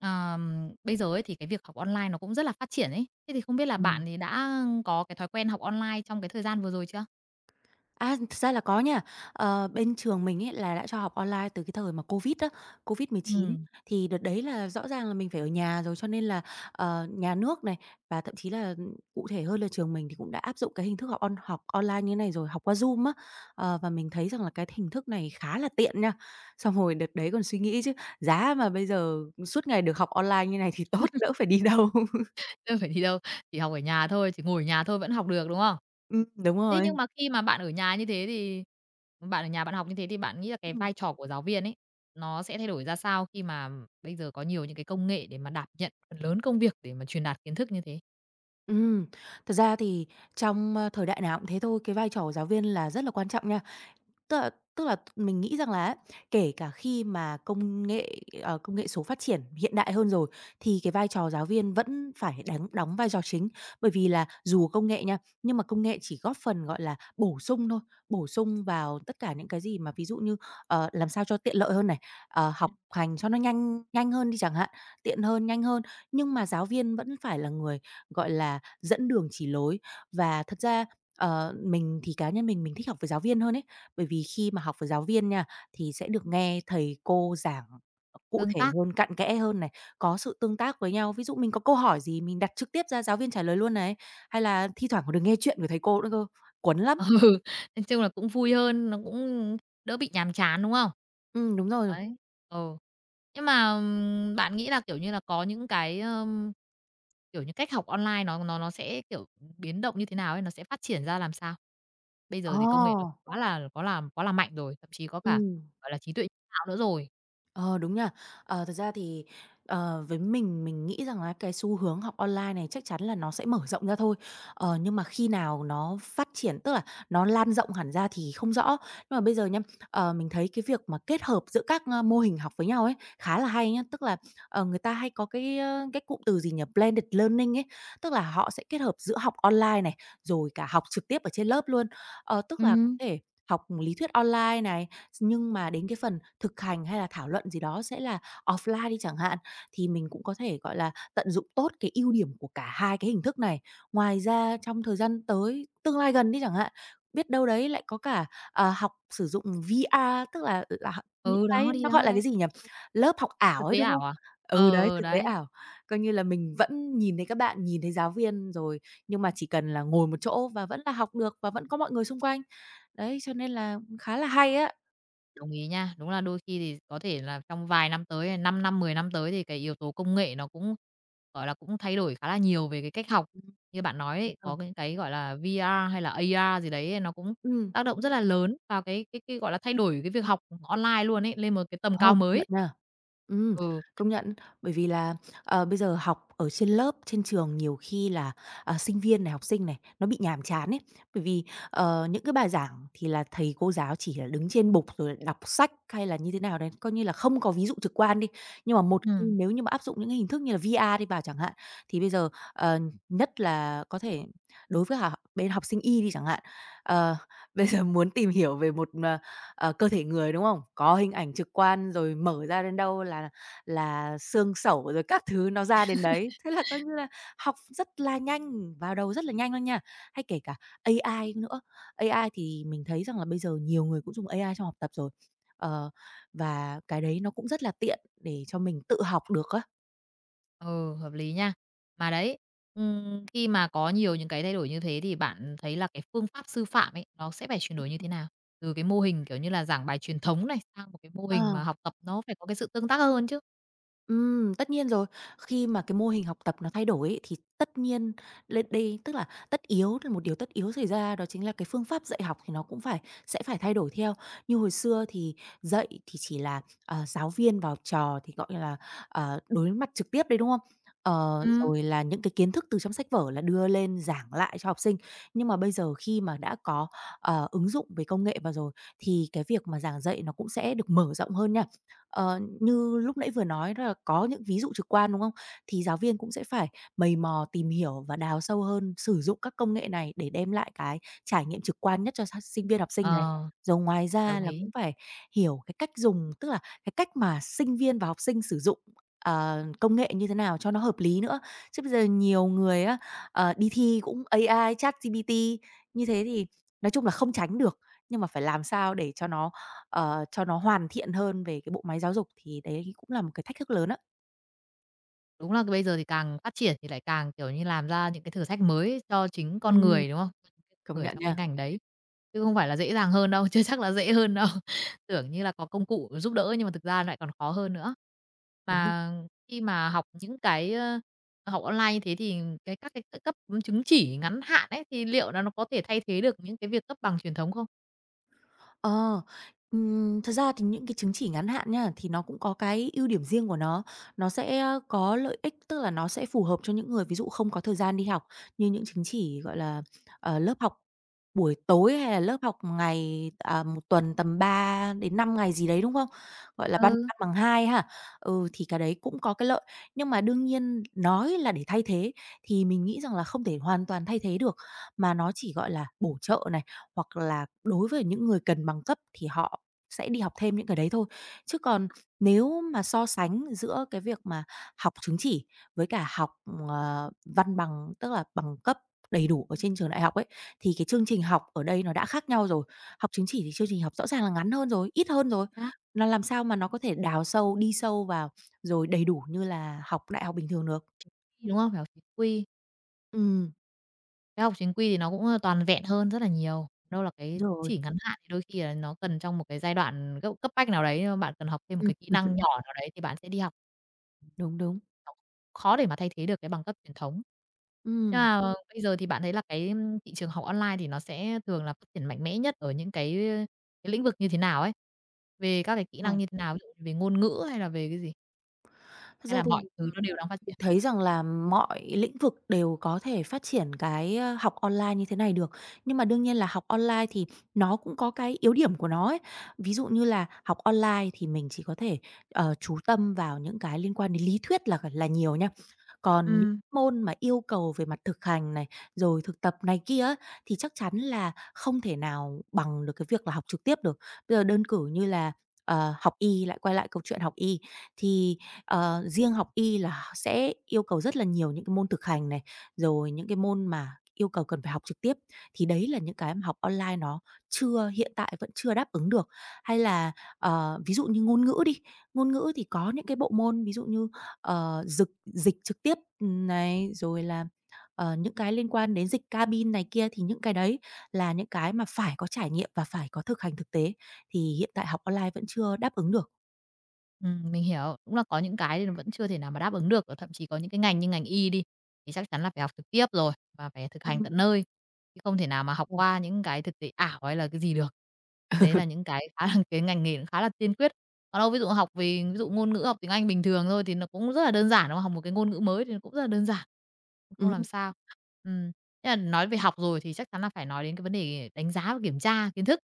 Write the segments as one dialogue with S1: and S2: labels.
S1: Bây giờ ấy thì cái việc học online nó cũng rất là phát triển ấy. Thế thì không biết là
S2: Ừm.
S1: bạn thì đã có cái thói quen học online trong cái thời gian vừa rồi chưa?
S2: À, thực ra là có nha. Bên trường mình ấy là đã cho học online từ cái thời mà Covid á, COVID-19,
S1: Ừm,
S2: thì đợt đấy là rõ ràng là mình phải ở nhà rồi, cho nên là, nhà nước này, và thậm chí là, cụ thể hơn là, trường mình thì cũng đã áp dụng cái hình thức học on học online như thế này rồi, học qua Zoom á. Và mình thấy rằng là cái hình thức này khá là tiện nha. Xong rồi đợt đấy còn suy nghĩ chứ giá mà bây giờ suốt ngày được học online như này thì tốt, đỡ phải đi đâu.
S1: đâu phải đi đâu, chỉ học ở nhà thôi, chỉ ngồi ở nhà thôi vẫn học được, đúng không?
S2: Đúng
S1: Thế nhưng
S2: rồi.
S1: mà khi mà bạn ở nhà như thế thì bạn ở nhà bạn học như thế thì bạn nghĩ là cái
S2: Ừm.
S1: vai trò của giáo viên ấy, nó sẽ thay đổi ra sao khi mà bây giờ có nhiều những cái công nghệ để mà đảm nhận phần lớn công việc để mà truyền đạt kiến thức như thế,
S2: Ừm, thật ra thì trong, thời đại nào cũng thế thôi, cái vai trò của giáo viên là rất là quan trọng nha. Tức là tức là mình nghĩ rằng là á, kể cả khi mà công nghệ số phát triển hiện đại hơn rồi, thì cái vai trò giáo viên vẫn phải đắng đóng vai trò chính. Bởi vì là dù công nghệ nha, nhưng mà công nghệ chỉ góp phần, gọi là, bổ sung thôi, bổ sung vào tất cả những cái gì mà ví dụ như, làm sao cho tiện lợi hơn này, học hành cho nó nhanh nhanh hơn đi chẳng hạn, tiện hơn, nhanh hơn. Nhưng mà giáo viên vẫn phải là người, gọi là, dẫn đường chỉ lối. Và thật ra Ờ, Mình thì cá nhân mình thích học với giáo viên hơn ấy, bởi vì khi mà học với giáo viên nha, thì sẽ được nghe thầy cô giảng, cụ
S1: tương
S2: thể
S1: tác?
S2: hơn, cặn kẽ hơn này, có sự tương tác với nhau. Ví dụ mình có câu hỏi gì mình đặt trực tiếp ra giáo viên trả lời luôn này, hay là thi thoảng còn được nghe chuyện của thầy cô nữa cơ, cuốn lắm.
S1: Ừ, nói chung là cũng vui hơn, nó cũng đỡ bị nhàm chán, đúng không?
S2: Ừ, đúng rồi.
S1: Đấy, ừ. Nhưng mà, bạn nghĩ là, kiểu như là, có những cái, kiểu như, cách học online nó sẽ, kiểu, biến động như thế nào ấy? Nó sẽ phát triển ra làm sao? Bây giờ thì công nghệ nó
S2: Ồ.
S1: quá là mạnh rồi, thậm chí có cả,
S2: Ừ.
S1: gọi là, trí tuệ nhân tạo nữa rồi.
S2: Ờ, Đúng nha. Thật ra thì, với mình nghĩ rằng là cái xu hướng học online này chắc chắn là nó sẽ mở rộng ra thôi. Nhưng mà khi nào nó phát triển, tức là nó lan rộng hẳn ra thì không rõ. Nhưng mà bây giờ nha, mình thấy cái việc mà kết hợp giữa các, mô hình học với nhau ấy, khá là hay nhá. Tức là, người ta hay có cái cụm từ gì nhỉ? Blended learning ấy, tức là họ sẽ kết hợp giữa học online này, rồi cả học trực tiếp ở trên lớp luôn. Tức là có
S1: Ừm,
S2: thể học lý thuyết online này, nhưng mà đến cái phần thực hành hay là thảo luận gì đó sẽ là offline đi chẳng hạn, thì mình cũng có thể, gọi là, tận dụng tốt cái ưu điểm của cả hai cái hình thức này. Ngoài ra trong thời gian tới, tương lai gần đi chẳng hạn, biết đâu đấy lại có cả, học sử dụng VR, tức là những
S1: ừ, đó,
S2: cái
S1: đi
S2: nó gọi
S1: đó,
S2: là cái
S1: đấy.
S2: gì nhỉ? Lớp học ảo
S1: Thực
S2: ấy,
S1: tế
S2: đúng không?
S1: ảo à?
S2: Ừ, đấy,
S1: Ờ, ờ,
S2: thực tế
S1: đấy.
S2: ảo. Coi như là mình vẫn nhìn thấy các bạn, nhìn thấy giáo viên rồi, nhưng mà chỉ cần là ngồi một chỗ và vẫn là học được và vẫn có mọi người xung quanh. Đấy, cho nên là khá là hay á.
S1: Đồng ý nha. Đúng là đôi khi thì có thể là trong vài năm tới, 5 năm, 10 năm tới thì cái yếu tố công nghệ nó cũng, gọi là, cũng thay đổi khá là nhiều về cái cách học.
S2: Ừm.
S1: Như bạn nói
S2: Đúng
S1: ấy,
S2: rồi.
S1: có những cái, gọi là, VR hay là AR gì đấy nó cũng
S2: Ừm,
S1: tác động rất là lớn vào cái, gọi là, thay đổi cái việc học online luôn ấy, lên một cái tầm
S2: Ồ,
S1: cao
S2: công nhận
S1: mới.
S2: nha. Ừm,
S1: Ừ,
S2: công nhận. Bởi vì là, bây giờ học ở trên lớp, trên trường nhiều khi là, sinh viên này, học sinh này, nó bị nhàm chán ấy. Bởi vì, những cái bài giảng thì là thầy cô giáo chỉ là đứng trên bục rồi đọc sách hay là như thế nào đấy, coi như là không có ví dụ trực quan đi. Nhưng mà một khi
S1: ừm.
S2: nếu như mà áp dụng những cái hình thức như là VR đi vào chẳng hạn, thì bây giờ, ờ, nhất là có thể đối với hà bên học sinh Y đi chẳng hạn, ờ, bây giờ muốn tìm hiểu về một, cơ thể người, đúng không? Có hình ảnh trực quan rồi mở ra đến đâu là xương sẩu rồi các thứ nó ra đến đấy. Thế là coi như là học rất là nhanh, vào đầu rất là nhanh luôn nha. Hay kể cả AI nữa, AI thì mình thấy rằng là bây giờ nhiều người cũng dùng AI trong học tập rồi. Ờ, và cái đấy nó cũng rất là tiện để cho mình tự học được á.
S1: Ừ, hợp lý nha. Mà đấy, khi mà có nhiều những cái thay đổi như thế thì bạn thấy là cái phương pháp sư phạm ấy, nó sẽ phải chuyển đổi như
S2: Ừm.
S1: thế nào? Từ cái mô hình, kiểu như là, giảng bài truyền thống này sang một cái mô
S2: Ờ.
S1: hình mà học tập nó phải có cái sự tương tác hơn chứ.
S2: Tất nhiên rồi. Khi mà cái mô hình học tập nó thay đổi ấy, thì tất nhiên lên đây, tức là tất yếu, là một điều tất yếu xảy ra, đó chính là cái phương pháp dạy học thì nó cũng sẽ phải thay đổi theo. Như hồi xưa thì dạy thì chỉ là, giáo viên vào trò thì, gọi là, đối mặt trực tiếp đấy, đúng không?
S1: Ừm.
S2: Rồi là những cái kiến thức từ trong sách vở là đưa lên giảng lại cho học sinh. Nhưng mà bây giờ khi mà đã có, ứng dụng về công nghệ vào rồi, thì cái việc mà giảng dạy nó cũng sẽ được mở rộng hơn nha. Như lúc nãy vừa nói là có những ví dụ trực quan, đúng không? Thì giáo viên cũng sẽ phải mày mò tìm hiểu và đào sâu hơn, sử dụng các công nghệ này để đem lại cái trải nghiệm trực quan nhất cho sinh viên, học sinh này.
S1: Ờ,
S2: Rồi ngoài ra
S1: đồng
S2: là
S1: ý.
S2: cũng phải hiểu cái cách dùng, tức là cái cách mà sinh viên và học sinh sử dụng, công nghệ như thế nào cho nó hợp lý nữa. Chứ bây giờ nhiều người á, đi thi cũng AI, ChatGPT, như thế thì nói chung là không tránh được, nhưng mà phải làm sao để cho nó hoàn thiện hơn về cái bộ máy giáo dục, thì đấy cũng là một cái thách thức lớn á.
S1: Đúng là bây giờ thì càng phát triển thì lại càng, kiểu như, làm ra những cái thử thách mới cho chính con
S2: Ừm,
S1: người, đúng không?
S2: công
S1: Người
S2: nhận
S1: trong cái
S2: nha.
S1: ngành đấy, chứ không phải là dễ dàng hơn đâu, chưa chắc là dễ hơn đâu. Tưởng như là có công cụ giúp đỡ nhưng mà thực ra lại còn khó hơn nữa.
S2: Đúng.
S1: Mà khi mà học những cái, học online như thế thì cái các cái cấp chứng chỉ ngắn hạn ấy, thì liệu là nó có thể thay thế được những cái việc cấp bằng truyền thống không?
S2: Ờ, Thật ra thì những cái chứng chỉ ngắn hạn nha, thì nó cũng có cái ưu điểm riêng của nó. Nó sẽ có lợi ích, tức là nó sẽ phù hợp cho những người ví dụ không có thời gian đi học, như những chứng chỉ, gọi là, lớp học buổi tối hay là lớp học ngày, 1 tuần tầm 3 đến 5 ngày gì đấy, đúng không? Gọi là ban
S1: Ừ,
S2: ban bằng 2 ha. Ừ, thì cái đấy cũng có cái lợi. Nhưng mà đương nhiên nói là để thay thế thì mình nghĩ rằng là không thể hoàn toàn thay thế được. Mà nó chỉ, gọi là, bổ trợ này, hoặc là đối với những người cần bằng cấp thì họ sẽ đi học thêm những cái đấy thôi. Chứ còn nếu mà so sánh giữa cái việc mà học chứng chỉ với cả học, văn bằng, tức là bằng cấp đầy đủ ở trên trường đại học ấy, thì cái chương trình học ở đây nó đã khác nhau rồi. Học chứng chỉ thì chương trình học rõ ràng là ngắn hơn rồi, ít hơn rồi.
S1: đó.
S2: Nó làm sao mà nó có thể đào sâu, đi sâu vào rồi đầy đủ như là học đại học bình thường được.
S1: Đúng không? Phải học chính quy.
S2: Ừ,
S1: Cái học chính quy thì nó cũng, toàn vẹn hơn rất là nhiều. Đâu là cái chứng
S2: rồi.
S1: chỉ ngắn hạn thì đôi khi là nó cần trong một cái giai đoạn cấp cấp bách nào đấy, ờ, bạn cần học thêm một
S2: Ừm,
S1: cái kỹ năng nhỏ nào đấy thì bạn sẽ đi học.
S2: đúng, đúng.
S1: Học khó để mà thay thế được cái bằng cấp truyền thống. Nhưng
S2: Ừ.
S1: mà bây giờ thì bạn thấy là cái, thị trường học online thì nó sẽ thường là phát triển mạnh mẽ nhất ở những cái lĩnh vực như thế nào ấy? Về các cái kỹ năng như thế nào? Ví dụ về ngôn ngữ hay là về cái gì?
S2: Thật
S1: Hay
S2: ra
S1: là
S2: thì
S1: mọi thứ nó đều đang phát
S2: mình
S1: triển?
S2: thấy rằng là mọi lĩnh vực đều có thể phát triển cái, học online như thế này được. Nhưng mà đương nhiên là học online thì nó cũng có cái yếu điểm của nó ấy. Ví dụ như là học online thì mình chỉ có thể, chú tâm vào những cái liên quan đến lý thuyết là nhiều nha. Còn những
S1: Ừm.
S2: môn mà yêu cầu về mặt thực hành này, rồi thực tập này kia á, thì chắc chắn là không thể nào bằng được cái việc là học trực tiếp được. Bây giờ đơn cử như là, học y, lại quay lại câu chuyện học y, thì riêng học y là sẽ yêu cầu rất là nhiều những cái môn thực hành này, rồi những cái môn mà yêu cầu cần phải học trực tiếp, thì đấy là những cái mà học online nó chưa hiện tại vẫn chưa đáp ứng được. Hay là, ví dụ như ngôn ngữ đi, ngôn ngữ thì có những cái bộ môn ví dụ như, dực dịch trực tiếp, này, rồi là, những cái liên quan đến dịch cabin này kia, thì những cái đấy là những cái mà phải có trải nghiệm và phải có thực hành thực tế, thì hiện tại học online vẫn chưa đáp ứng được.
S1: Mình hiểu. Đúng là có những cái thì nó vẫn chưa thể nào mà đáp ứng được, và thậm chí có những cái ngành như ngành y đi, thì chắc chắn là phải học trực tiếp rồi, và phải thực hành
S2: Ừm,
S1: tận nơi, chứ không thể nào mà học
S2: ồ.
S1: qua những cái thực tế ảo hay là cái gì được.
S2: Ừm.
S1: Đấy là những cái khá là cái ngành nghề nó khá là tiên quyết. Còn đâu ví dụ học về ví dụ ngôn ngữ, học tiếng Anh bình thường thôi thì nó cũng rất là đơn giản, đúng không? Học một cái ngôn ngữ mới thì nó cũng rất là đơn giản, cũng không làm sao. Ừm, thế là nói về học rồi thì chắc chắn là phải nói đến cái vấn đề đánh giá và kiểm tra kiến thức.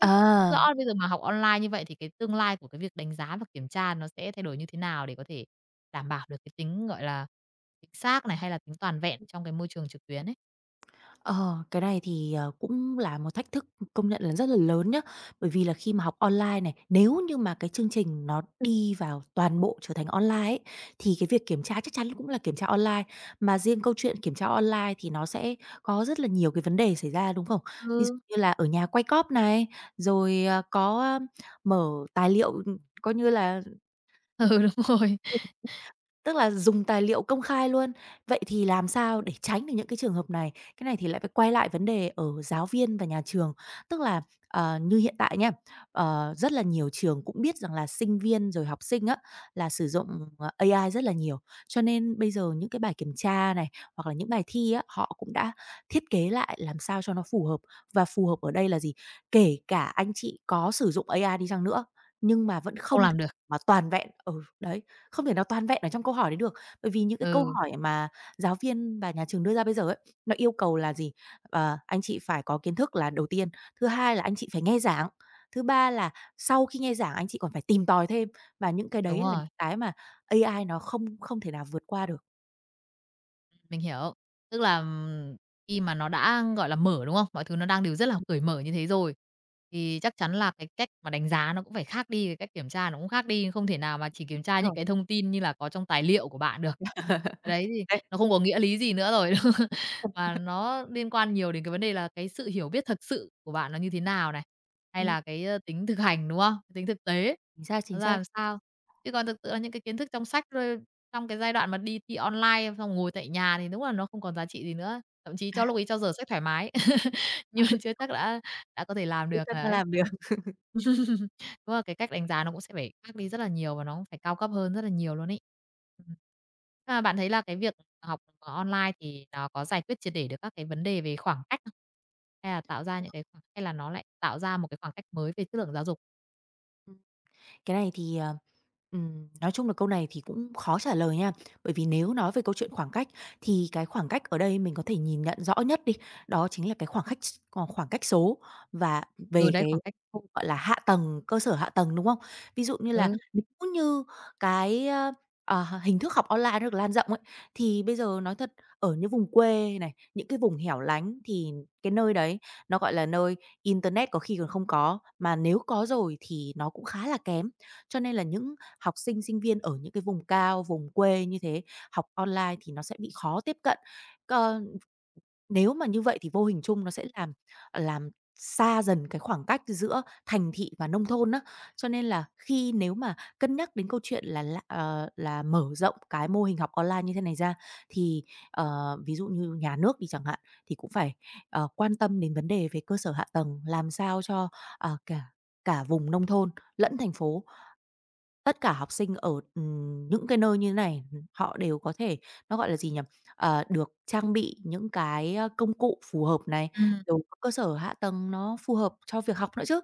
S1: Thế không rõ
S2: À,
S1: là bây giờ mà học online như vậy thì cái tương lai của cái việc đánh giá và kiểm tra nó sẽ thay đổi như thế nào để có thể đảm bảo được cái tính, gọi là, chính xác này, hay là tính toàn vẹn trong cái môi trường trực tuyến ấy?
S2: ờ, cái này thì, cũng là một thách thức công nhận là rất là lớn nhá. Bởi vì là khi mà học online này, nếu như mà cái chương trình nó đi vào toàn bộ trở thành online ấy, thì cái việc kiểm tra chắc chắn cũng là kiểm tra online. Mà riêng câu chuyện kiểm tra online thì nó sẽ có rất là nhiều cái vấn đề xảy ra, đúng không? Ví dụ
S1: Ừ,
S2: như là ở nhà quay cóp này, rồi, mở tài liệu, coi như là.
S1: ừ, đúng rồi,
S2: Tức là dùng tài liệu công khai luôn. Vậy thì làm sao để tránh được những cái trường hợp này? Cái này thì lại phải quay lại vấn đề ở giáo viên và nhà trường. Tức là, như hiện tại nha, rất là nhiều trường cũng biết rằng là sinh viên rồi học sinh á, là sử dụng, AI rất là nhiều. Cho nên bây giờ những cái bài kiểm tra này, hoặc là những bài thi á, họ cũng đã thiết kế lại làm sao cho nó phù hợp. Và phù hợp ở đây là gì? Kể cả anh chị có sử dụng AI đi chăng nữa, nhưng mà vẫn
S1: không
S2: không thể
S1: làm được.
S2: mà toàn vẹn. Ừ, đấy. Không thể nào toàn vẹn ở trong câu hỏi đấy được, bởi vì những cái câu
S1: Ừ,
S2: hỏi mà giáo viên và nhà trường đưa ra bây giờ ấy, nó yêu cầu là gì? Anh chị phải có kiến thức là đầu tiên, thứ hai là anh chị phải nghe giảng, thứ ba là sau khi nghe giảng anh chị còn phải tìm tòi thêm, và những cái
S1: đúng
S2: đấy là những
S1: rồi.
S2: cái mà AI nó không không thể nào vượt qua được.
S1: Mình hiểu. Tức là, khi mà nó đã, gọi là, mở, đúng không? Mọi thứ nó đang đều rất là cởi mở như thế rồi, thì chắc chắn là cái cách mà đánh giá nó cũng phải khác đi, cái cách kiểm tra nó cũng khác đi, không thể nào mà chỉ kiểm
S2: Đúng
S1: tra những
S2: rồi.
S1: cái thông tin như là có trong tài liệu của bạn được. Cái đấy thì
S2: Đấy,
S1: nó không có nghĩa lý gì nữa rồi, mà nó liên quan nhiều đến cái vấn đề là cái sự hiểu biết thực sự của bạn nó như thế nào này, hay
S2: ừm,
S1: là cái, tính thực hành, đúng không? Tính thực tế, nó
S2: chính
S1: ra
S2: xác,
S1: làm sao. Chứ còn thực sự là những cái kiến thức trong sách thôi trong cái giai đoạn mà đi thi online xong ngồi tại nhà thì đúng là nó không còn giá trị gì nữa, thậm chí cho lúc ấy cho giờ giấc thoải mái, nhưng mà chưa chắc đã có thể làm
S2: chứ
S1: được,
S2: sao ta
S1: đấy.
S2: làm được.
S1: Đúng là cái cách đánh giá nó cũng sẽ phải khác đi rất là nhiều và nó cũng phải cao cấp hơn rất là nhiều luôn ấy. Ừm. À, bạn thấy là cái việc học online thì nó có giải quyết triệt để được các cái vấn đề về khoảng cách không? Hay là tạo ra những cái khoảng hay là nó lại tạo ra một cái khoảng cách mới về chất lượng giáo dục?
S2: Cái này thì, nói chung là câu này thì cũng khó trả lời nha. Bởi vì nếu nói về câu chuyện khoảng cách thì cái khoảng cách ở đây mình có thể nhìn nhận rõ nhất đi, đó chính là cái khoảng cách s còn khoảng cách số và
S1: Ừ,
S2: về
S1: đấy,
S2: cái
S1: khoảng cách.
S2: khâu, gọi là, hạ tầng, cơ sở hạ tầng, đúng không? Ví dụ như là
S1: Ừ,
S2: nếu như cái, ơ, hình thức học online nó được lan rộng ấy, thì bây giờ nói thật ở những vùng quê này, những cái vùng hẻo lánh thì cái nơi đấy nó, gọi là, nơi internet có khi còn không có, mà nếu có rồi thì nó cũng khá là kém. Cho nên là những học sinh, sinh viên ở những cái vùng cao, vùng quê như thế, học online thì nó sẽ bị khó tiếp cận. Ờ, nếu mà như vậy thì vô hình chung nó sẽ làm làm xa dần cái khoảng cách giữa thành thị và nông thôn á. Cho nên là khi nếu mà cân nhắc đến câu chuyện là mở rộng cái mô hình học online như thế này ra, thì, ví dụ như nhà nước đi chẳng hạn, thì cũng phải, quan tâm đến vấn đề về cơ sở hạ tầng, làm sao cho, cả cả vùng nông thôn lẫn thành phố. Tất cả học sinh ở, những cái nơi như thế này, họ đều có thể nó, gọi là gì nhỉ? Được trang bị những cái, công cụ phù hợp này,
S1: ừm.
S2: rồi có cơ sở hạ tầng nó phù hợp cho việc học nữa chứ.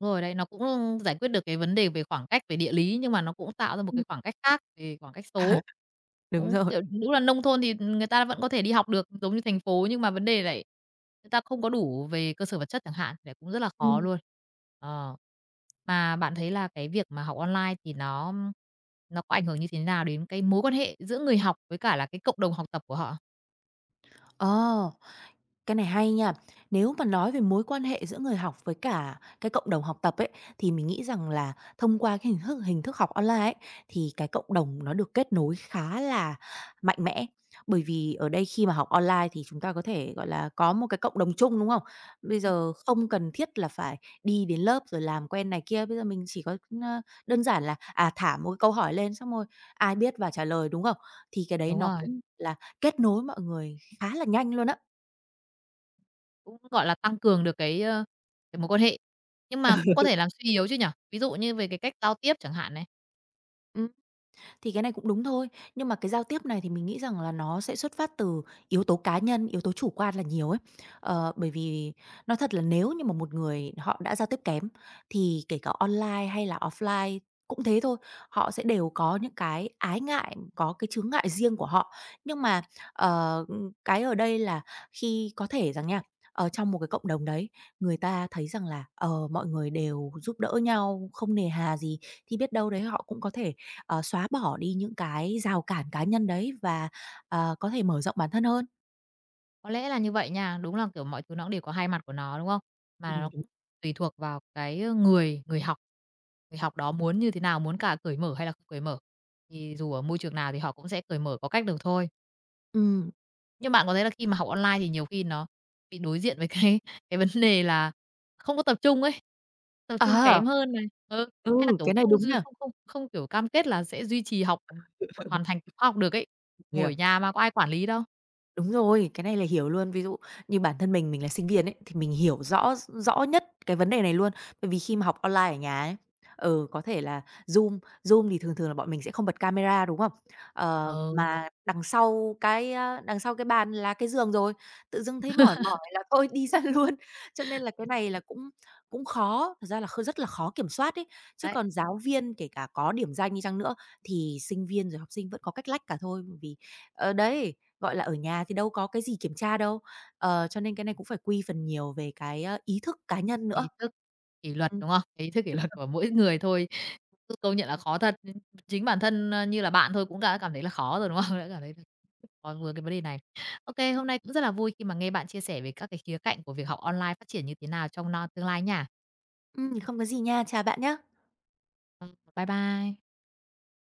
S1: Rồi đấy, nó cũng giải quyết được cái vấn đề về khoảng cách, về địa lý, nhưng mà nó cũng tạo ra một
S2: Ừm.
S1: cái khoảng cách khác về khoảng cách số.
S2: Đúng
S1: Cũng,
S2: rồi.
S1: kiểu, đúng là nông thôn thì người ta vẫn có thể đi học được giống như thành phố, nhưng mà vấn đề lại người ta không có đủ về cơ sở vật chất chẳng hạn, thì lại cũng rất là khó
S2: Ừm.
S1: luôn. Ờ. Mà bạn thấy là cái việc mà học online thì nó có ảnh hưởng như thế nào đến cái mối quan hệ giữa người học với cả là cái cộng đồng học tập của họ?
S2: Ờ. Cái này hay nha. Nếu mà nói về mối quan hệ giữa người học với cả cái cộng đồng học tập ấy, thì mình nghĩ rằng là thông qua cái hình thức học online ấy, thì cái cộng đồng nó được kết nối khá là mạnh mẽ. Bởi vì ở đây khi mà học online thì chúng ta có thể, gọi là, có một cái cộng đồng chung, đúng không? Bây giờ không cần thiết là phải đi đến lớp rồi làm quen này kia, bây giờ mình chỉ có, đơn giản là, thả một cái câu hỏi lên xong rồi ai biết và trả lời, đúng không? Thì cái đấy
S1: Đúng
S2: nó
S1: rồi.
S2: cũng là kết nối mọi người khá là nhanh luôn á.
S1: Cũng, gọi là, tăng cường được cái, cái mối quan hệ, nhưng mà cũng có thể làm suy yếu chứ nhỉ? Ví dụ như về cái cách giao tiếp chẳng hạn này,
S2: Ừm. Thì cái này cũng đúng thôi, nhưng mà cái giao tiếp này thì mình nghĩ rằng là nó sẽ xuất phát từ yếu tố cá nhân, yếu tố chủ quan là nhiều ấy. Bởi vì nói thật là nếu như mà một người họ đã giao tiếp kém thì kể cả online hay là offline cũng thế thôi, họ sẽ đều có những cái ái ngại, có cái chướng ngại riêng của họ. Nhưng mà, ờ, cái ở đây là khi có thể rằng nha, ở trong một cái cộng đồng đấy, người ta thấy rằng là, mọi người đều giúp đỡ nhau, không nề hà gì, thì biết đâu đấy họ cũng có thể xóa bỏ đi những cái rào cản cá nhân đấy và, có thể mở rộng bản thân hơn.
S1: có lẽ là như vậy nha, đúng là, kiểu, mọi thứ nó cũng đều có hai mặt của nó, đúng không? Mà
S2: Ừm,
S1: nó
S2: Chính
S1: cũng tùy thuộc vào cái, người người học đó muốn như thế nào, muốn cả cởi mở hay là không cởi mở, thì dù ở môi trường nào thì họ cũng sẽ cởi mở có cách được thôi. Nhưng bạn có thấy là khi mà học online thì nhiều khi nó bị đối diện với cái cái vấn đề là không có tập trung ấy, tập trung
S2: À,
S1: kém hơn này, ừ,
S2: ừ,
S1: hay là, kiểu,
S2: cái này
S1: không
S2: đúng
S1: dư
S2: nha.
S1: không không không, kiểu, cam kết là sẽ duy trì học, hoàn thành khóa học được ấy,
S2: Hiểu.
S1: ngồi ở nhà mà có ai quản lý đâu.
S2: Đúng rồi, cái này là hiểu luôn. Ví dụ như bản thân mình là sinh viên ấy, thì mình hiểu rõ rõ nhất cái vấn đề này luôn. Bởi vì khi mà học online ở nhà ấy, ừ, có thể là Zoom, Zoom thì thường thường là bọn mình sẽ không bật camera, đúng không?
S1: Ừ,
S2: Mà đằng sau đằng sau cái bàn là cái giường rồi, tự dưng thấy mỏi mỏi là thôi đi ra luôn. Cho nên là cái này là cũng cũng khó, thật ra là rất là khó kiểm soát ấy. Chứ
S1: đấy,
S2: còn giáo viên kể cả có điểm danh đi chăng nữa thì sinh viên rồi học sinh vẫn có cách lách cả thôi, bởi vì đấy, gọi là, ở nhà thì đâu có cái gì kiểm tra đâu, cho nên cái này cũng phải quy phần nhiều về cái, ý thức cá nhân nữa.
S1: ý thức kỷ luật,
S2: Ừm.
S1: đúng không? Ý thức kỷ luật của mỗi người thôi, cứ công nhận là khó thật, chính bản thân, như là bạn thôi cũng đã cảm thấy là khó rồi, đúng không? Đã cảm thấy là khó vướng cái vấn đề này. Ô kê, hôm nay cũng rất là vui khi mà nghe bạn chia sẻ về các cái khía cạnh của việc học online phát triển như thế nào trong no tương lai nha.
S2: Không có gì nha, chào bạn nhé.
S1: Bye bye.